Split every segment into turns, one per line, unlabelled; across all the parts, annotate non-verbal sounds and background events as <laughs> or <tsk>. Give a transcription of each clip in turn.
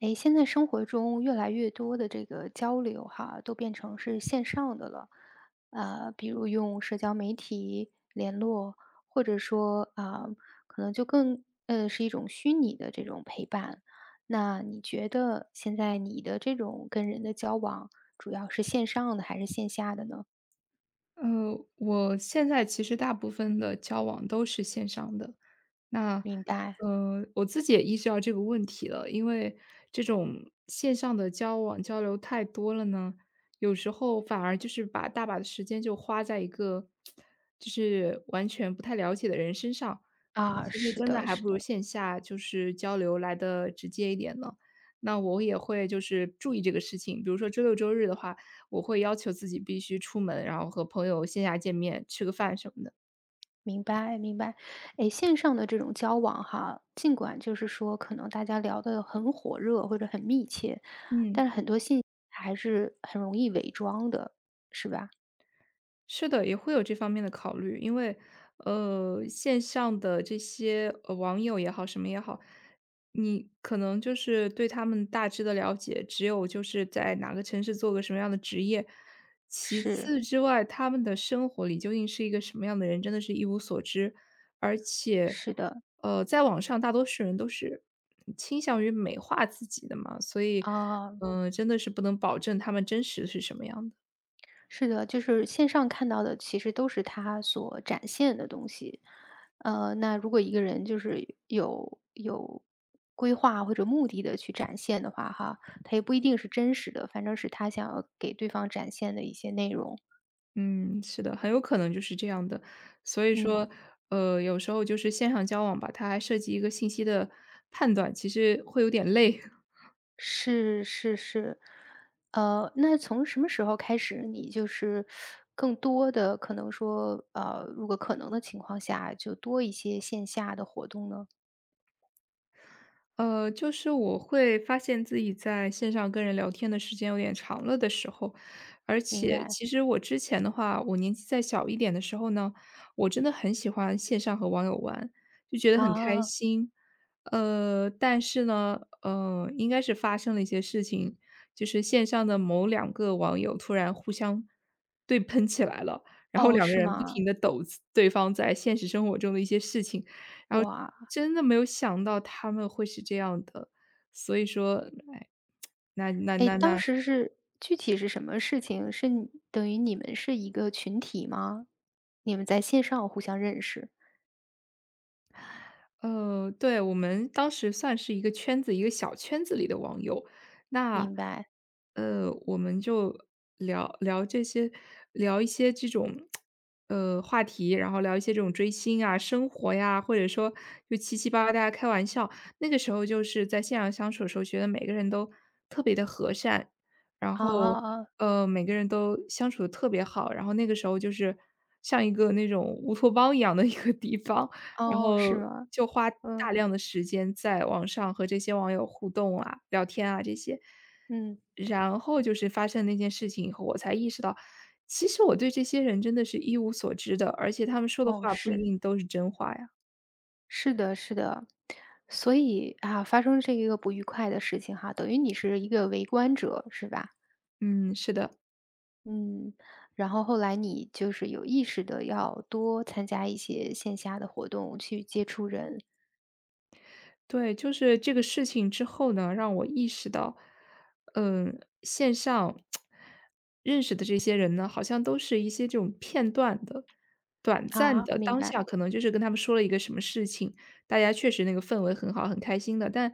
诶，现在生活中越来越多的这个交流哈，都变成是线上的了，比如用社交媒体联络，或者说啊、可能就更是一种虚拟的这种陪伴。那你觉得现在你的这种跟人的交往，主要是线上的还是线下的呢？
我现在其实大部分的交往都是线上的。那，
明白。
我自己也意识到这个问题了，因为这种线上的交往交流太多了呢，有时候反而就是把大把的时间就花在一个就是完全不太了解的人身上，
啊，
其实
是
真的
的，
还
是
不如
的。
线下就是交流来的直接一点呢。那我也会就是注意这个事情，比如说周六周日的话，我会要求自己必须出门，然后和朋友线下见面，吃个饭什么的。
明白，明白。诶，线上的这种交往哈，尽管就是说可能大家聊得很火热或者很密切，
嗯。
但是很多信息还是很容易伪装的，是吧？
是的，也会有这方面的考虑，因为线上的这些网友也好，什么也好，你可能就是对他们大致的了解，只有就是在哪个城市做个什么样的职业，其
是，
次之外，他们的生活里究竟是一个什么样的人，真的是一无所知。而且，
是的，
呃，在网上大多数人都是倾向于美化自己的嘛，所以，
啊，
嗯、真的是不能保证他们真实是什么样的。
是的，就是线上看到的其实都是他所展现的东西。呃，那如果一个人就是有规划或者目的的去展现的话，哈，他也不一定是真实的，反正是他想要给对方展现的一些内容。
嗯，是的，很有可能就是这样的。所以
嗯，
说，呃，有时候就是线上交往吧，它还涉及一个信息的判断，其实会有点累。<laughs>
是是是，那从什么时候开始，你就是更多的可能说，如果可能的情况下，就多一些线下的活动呢？
就是我会发现自己在线上跟人聊天的时间有点长了的时候，而
明
且
白。
其实我之前的话，我年纪再小一点的时候呢，我真的很喜欢线上和网友玩，就觉得很开
啊，
心。但是呢，应该是发生了一些事情，就是线上的某两个网友突然互相对喷起来了，然后
哦，
两个
是
人不
吗？
停的抖自对方在现实生活中的一些事情，然后
哇，
真的没有想到他们会是这样的，所以说，哎，<tsk> 那那
哎，
那
当
那
时是具体是什么事情？是你等于你们是一个群体吗？你们在线上互相认识，
对，我们当时算是一个圈子一个小圈子里的网友。那，
明白。
我们就聊聊这些聊一些这种，话题，然后聊一些这种追星啊、生活呀，或者说就七七八八大家开玩笑。那个时候就是在线上相处的时候，觉得每个人都特别的和善，然
啊
后，
啊啊，
呃，每个人都相处的特别好，然后那个时候就是像一个那种乌托邦一样的一个地方。然
哦，是
后
吗？
就花
嗯
大量的时间在网上和这些网友互动啊、聊天啊这些。
嗯，
然后就是发生那件事情以后，我才意识到，其实我对这些人真的是一无所知的，而且他们说的
哦，
话不一
是。
定都是真话呀。
是的，是的。所以啊，发生这一个不愉快的事情哈，等于你是一个围观者，是吧？
嗯，是的。
嗯，然后后来你就是有意识的要多参加一些线下的活动，去接触人。
对，就是这个事情之后呢，让我意识到，嗯，线上认识的这些人呢，好像都是一些这种片段的、短暂
啊，
的，
明
当下
白，
可能就是跟他们说了一个什么事情，大家确实那个氛围很好，很开心的，但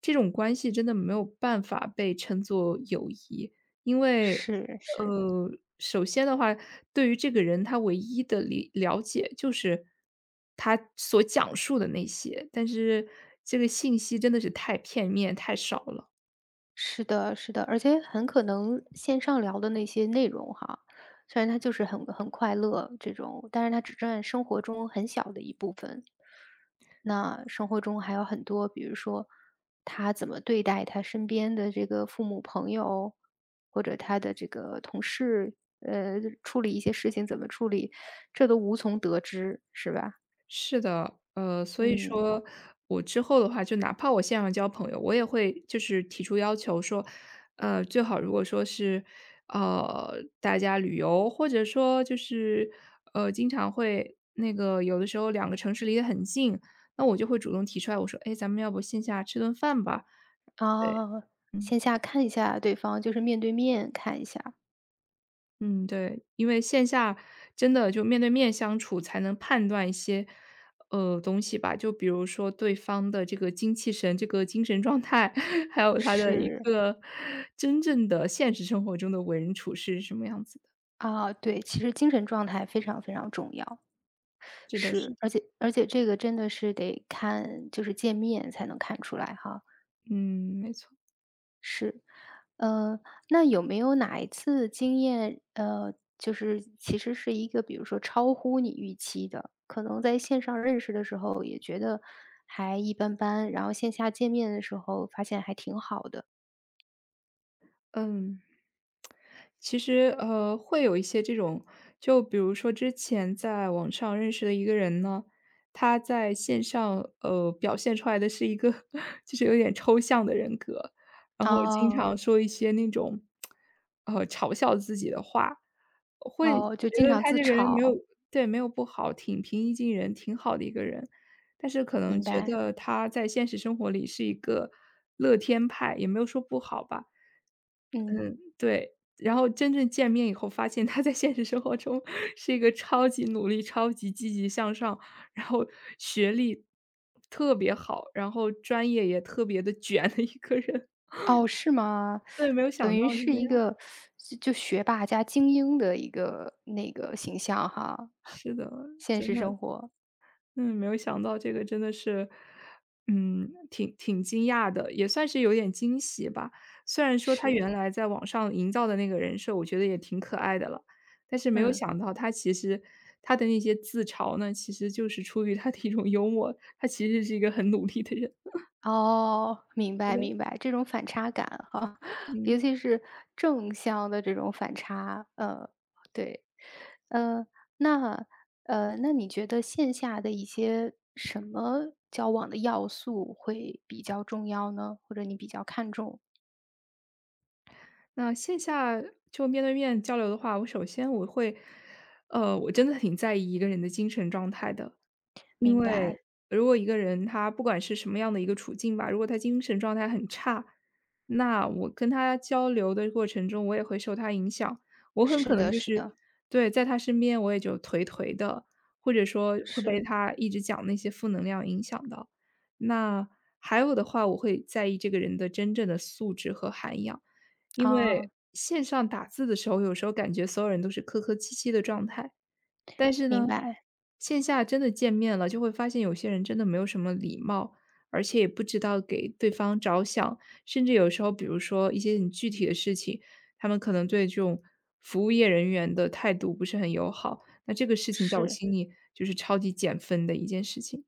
这种关系真的没有办法被称作友谊。因为，
是是。
呃，首先的话，对于这个人他唯一的理了解就是他所讲述的那些，但是这个信息真的是太片面、太少了。
是的，是的，而且很可能线上聊的那些内容哈，虽然他就是很快乐这种，但是他只占生活中很小的一部分。那生活中还有很多，比如说他怎么对待他身边的这个父母、朋友，或者他的这个同事，处理一些事情怎么处理，这都无从得知，是吧？
是的，所以
嗯，
说我之后的话，就哪怕我线上交朋友，我也会就是提出要求说，最好如果说是，呃，大家旅游，或者说就是，经常会那个有的时候两个城市离得很近，那我就会主动提出来，我说，哎，咱们要不线下吃顿饭吧？对，
啊，
嗯。
线下看一下对方，就是面对面看一下，
嗯，对，因为线下真的就面对面相处才能判断一些，东西吧。就比如说对方的这个精气神、这个精神状态，<laughs> 还有他的一
是。
个真正的现实生活中的为人处事是什么样子的，
啊，对，其实精神状态非常非常重要，
是的，是
是，
的，
而且这个真的是得看，就是见面才能看出来哈，
嗯，没错。
是，呃，那有没有哪一次经验，就是其实是一个，比如说超乎你预期的，可能在线上认识的时候也觉得还一般般，然后线下见面的时候发现还挺好的，
嗯，其实会有一些这种，就比如说之前在网上认识的一个人呢，他在线上表现出来的是一个 <laughs> 就是有点抽象的人格，然后经
哦。
常说一些那种嘲笑自己的话，会
哦，就
觉
经
得
常
他
自
这个人没有
嘲，
对没有不好，挺平易近人，挺好的一个人，但是可能
明
觉
白，
得他在现实生活里是一个乐天派，也没有说不好吧。
嗯。
对，然后真正见面以后发现他在现实生活中是一个超级努力、超级积极向上，然后学历特别好，然后专业也特别的卷的一个人。
哦，是吗？
<laughs> 对，没有想
等于
到是
是
这
一
样，
个就学霸加精英的一个那个形象哈，
是的，
现
真
实
的。
生活。
嗯，没有想到这个真的是，嗯，挺惊讶的，也算是有点惊喜吧。虽然说他
是，
原来在网上营造的那个人设，我觉得也挺可爱的了，但是没有
嗯，
想到他其实他的那些自嘲呢，其实就是出于他的一种幽默，他其实是一个很努力的人。
哦，明
真
白
的，
明白，这种反差感哈，<laughs>
嗯，
尤其是正向的这种反差，呃，对。呃，那那你觉得线下的一些什么交往的要素会比较重要呢？或者你比较看重？
那线下就面对面交流的话，我首先我会，我真的挺在意一个人的精神状态的。因
明白，
为如果一个人他不管是什么样的一个处境吧，如果他精神状态很差，那我跟他交流的过程中，我也会受他影响。我很
是
可能
的
就
是
是
的，
对，在他身边我也就颓颓的，或者说会被
是。
他一直讲那些负能量影响到。那还有的话，我会在意这个人的真正的素质和涵养，因为
啊，
线上打字的时候，有时候感觉所有人都是客客气气的状态，但是
明
呢，
白，
线下真的见面了，就会发现有些人真的没有什么礼貌，而且也不知道给对方着想，甚至有时候，比如说一些很具体的事情，他们可能对这种服务业人员的态度不是很友好。那这个事情在我
是
心里就是超级减分的一件事情。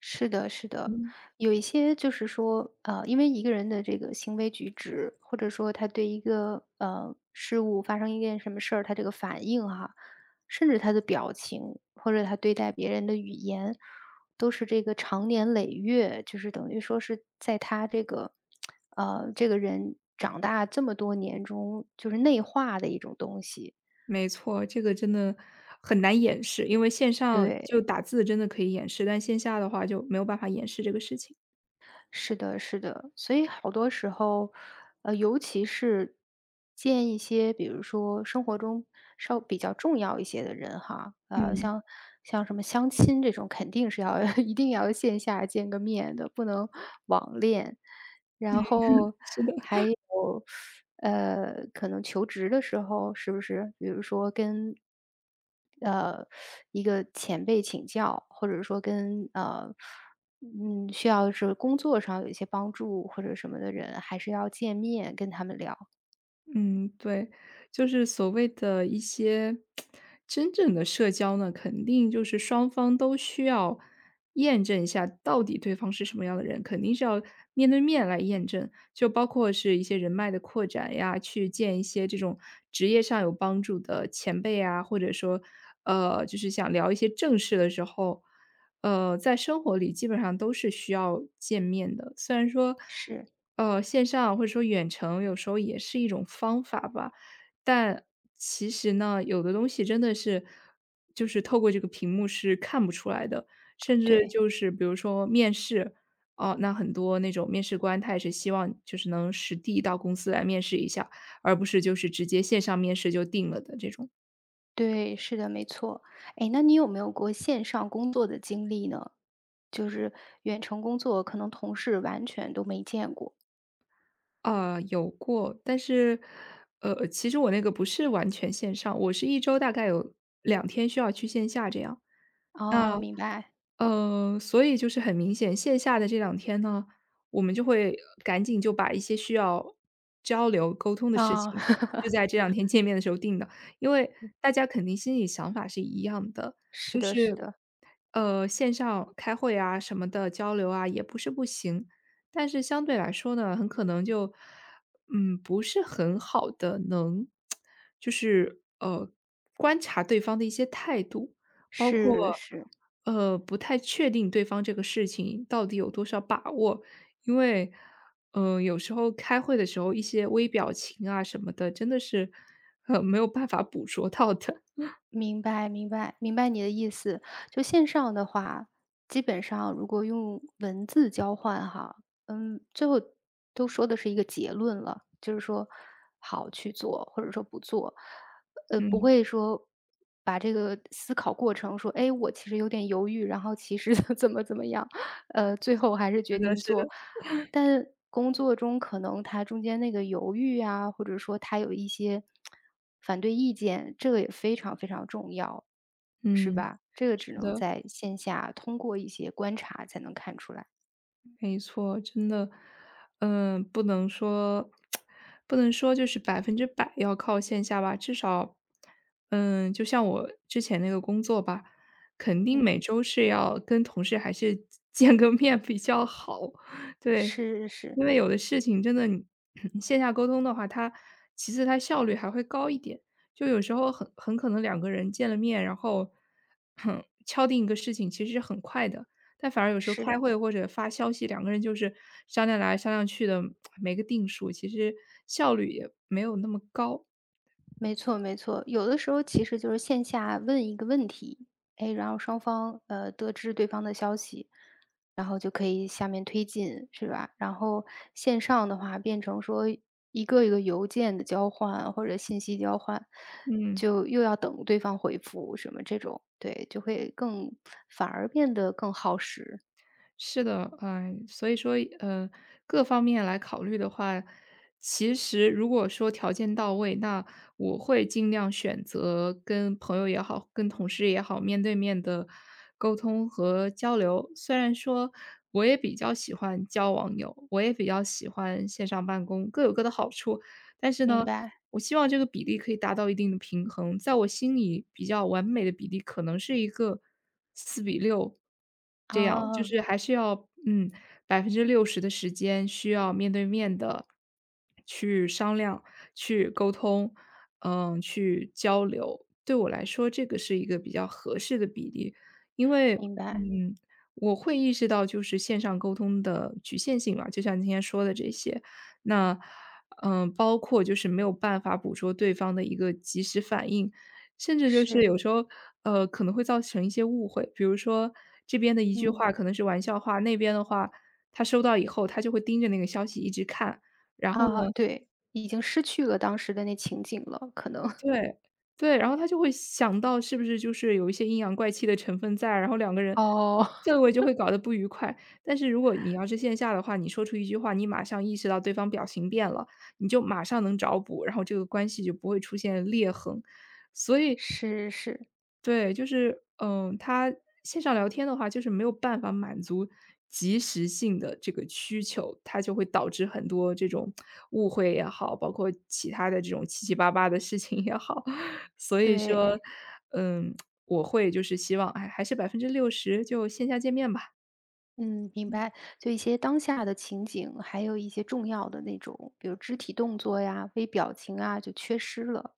是的，是的，
嗯，
有一些就是说，因为一个人的这个行为举止，或者说他对一个事物发生一件什么事儿，他这个反应哈，甚至他的表情，或者他对待别人的语言，都是这个长年累月，就是等于说是在他这个这个人长大这么多年中，就是内化的一种东西，
没错，这个真的很难掩饰，因为线上就
对。
打字真的可以掩饰，但线下的话就没有办法掩饰这个事情。
是的，是的，所以好多时候，尤其是见一些，比如说生活中稍比较重要一些的人哈，呃，
嗯，
像像什么相亲这种，肯定是要 <laughs> 一定要线下见个面的，不能网恋。然后
是的。
还有，可能求职的时候是不是，比如说跟，呃，一个前辈请教，或者说跟嗯，需要是工作上有一些帮助或者什么的人，还是要见面跟他们聊。
嗯，对，就是所谓的一些真正的社交呢，肯定就是双方都需要验证一下，到底对方是什么样的人，肯定是要面对面来验证。就包括是一些人脉的扩展呀，去见一些这种职业上有帮助的前辈啊，或者说，就是想聊一些正事的时候。呃，在生活里基本上都是需要见面的。虽然说，
是，
线上或者说远程有时候也是一种方法吧，但其实呢，有的东西真的是就是透过这个屏幕是看不出来的，甚至
对
就是比如说面试，哦，那很多那种面试官他也是希望就是能实地到公司来面试一下，而不是就是直接线上面试就定了的这种。
对，是的，没错。哎，那你有没有过线上工作的经历呢？就是远程工作，可能同事完全都没见过。
有过，但是,其实我那个不是完全线上，我是一周大概有两天需要去线下这样。
哦，
那
明白。
所以就是很明显，线下的这两天呢，我们就会赶紧就把一些需要交流沟通的事
哦，
情，就
<laughs>
在这两天见面的时候定的。因为大家肯定心里想法是一样的，
是
就
的，是
是，
的，
呃，线上开会啊什么的交流啊也不是不行，但是相对来说呢，很可能就，嗯，不是很好的能 <tsk> 就是，观察对方的一些态度。包括，
是是，
不太确定对方这个事情到底有多少把握。因为，有时候开会的时候一些微表情啊什么的，真的是，没有办法捕捉到的。
明白，明白，明白你的意思。就线上的话，基本上如果用文字交换哈，嗯，最后都说的是一个结论了，就是说好去做，或者说不做，不
嗯，
会说把这个思考过程说，哎，我其实有点犹豫，然后其实 <laughs> 怎么怎么样，最后还是
是
决
的
定
是
做。
的，
但工作中可能他中间那个犹豫啊，或者说他有一些反对意见，这个也非常非常重要，是
嗯，
吧？这个只
是
能
的。
在线下通过一些观察才能看出来。
没错，真的，嗯，不能说，不能说就是百分之百要靠线下吧，至少，嗯，就像我之前那个工作吧，肯定
嗯。
每周是要跟同事还是 <laughs> 见个面比较好，对，
是是
因为有的事情真的你 <clears throat> 线下沟通的话，它其次它效率还会高一点，就有时候很可能两个人见了面，然后 <clears throat> 敲定一个事情其实是很快的，但反而有时候开
是。
会或者发消息，两个人就是商量来商量去的，没个定数，其实效率也没有那么高。
没错，没错，有的时候其实就是线下问一个问题，哎，然后双方得知对方的消息，然后就可以下面推进，是吧？然后线上的话变成说一个一个邮件的交换或者信息交换，
嗯，
就又要等对方回复什么这种，对，就会更反而变得更耗时。
是的，嗯、所以说，各方面来考虑的话，其实如果说条件到位，那我会尽量选择跟朋友也好，跟同事也好，面对面的沟通和交流。虽然说我也比较喜欢交网友，我也比较喜欢线上办公，各有各的好处。但是
明
呢，
白，
我希望这个比例可以达到一定的平衡，在我心里比较完美的比例可能是一个4:6这样，就
啊，
是还是要嗯百分之六十的时间需要面对面的去商量、去沟通，嗯，去交流。对我来说，这个是一个比较合适的比例，因为，
明白，
嗯，我会意识到就是线上沟通的局限性嘛，就像你今天说的这些，那嗯，包括就是没有办法捕捉对方的一个及时反应，甚至就是
是，
有时候，可能会造成一些误会。比如说这边的一句
嗯，
话可能是玩笑话，那边的话，他收到以后他就会盯着那个消息一直看。然后
啊，
呢，
对，已经失去了当时的那情景了，可能。
对，对，然后他就会想到是不是就是有一些阴阳怪气的成分在，然后两个人
哦，<laughs>
氛围就会搞得不愉快。但是如果你要是线下的话，你说出一句话，你马上意识到对方表情变了，你就马上能找补，然后这个关系就不会出现裂痕。所以
是是，
对，他线上聊天的话，就是没有办法满足及时性的这个需求，它就会导致很多这种误会也好，包括其他的这种七七八八的事情也好。<laughs> 所以说，
对，
嗯，我会就是希望，哎，还是百分之六十就线下见面吧。
嗯，明白。就一些当下的情景，还有一些重要的那种，比如肢体动作呀、微表情啊，就缺失了。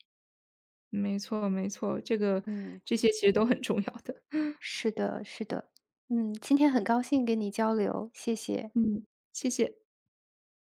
没错没错，
嗯，
这些其实都很重要的。
是的，是的。嗯，今天很高兴跟你交流，谢谢。
嗯，谢谢。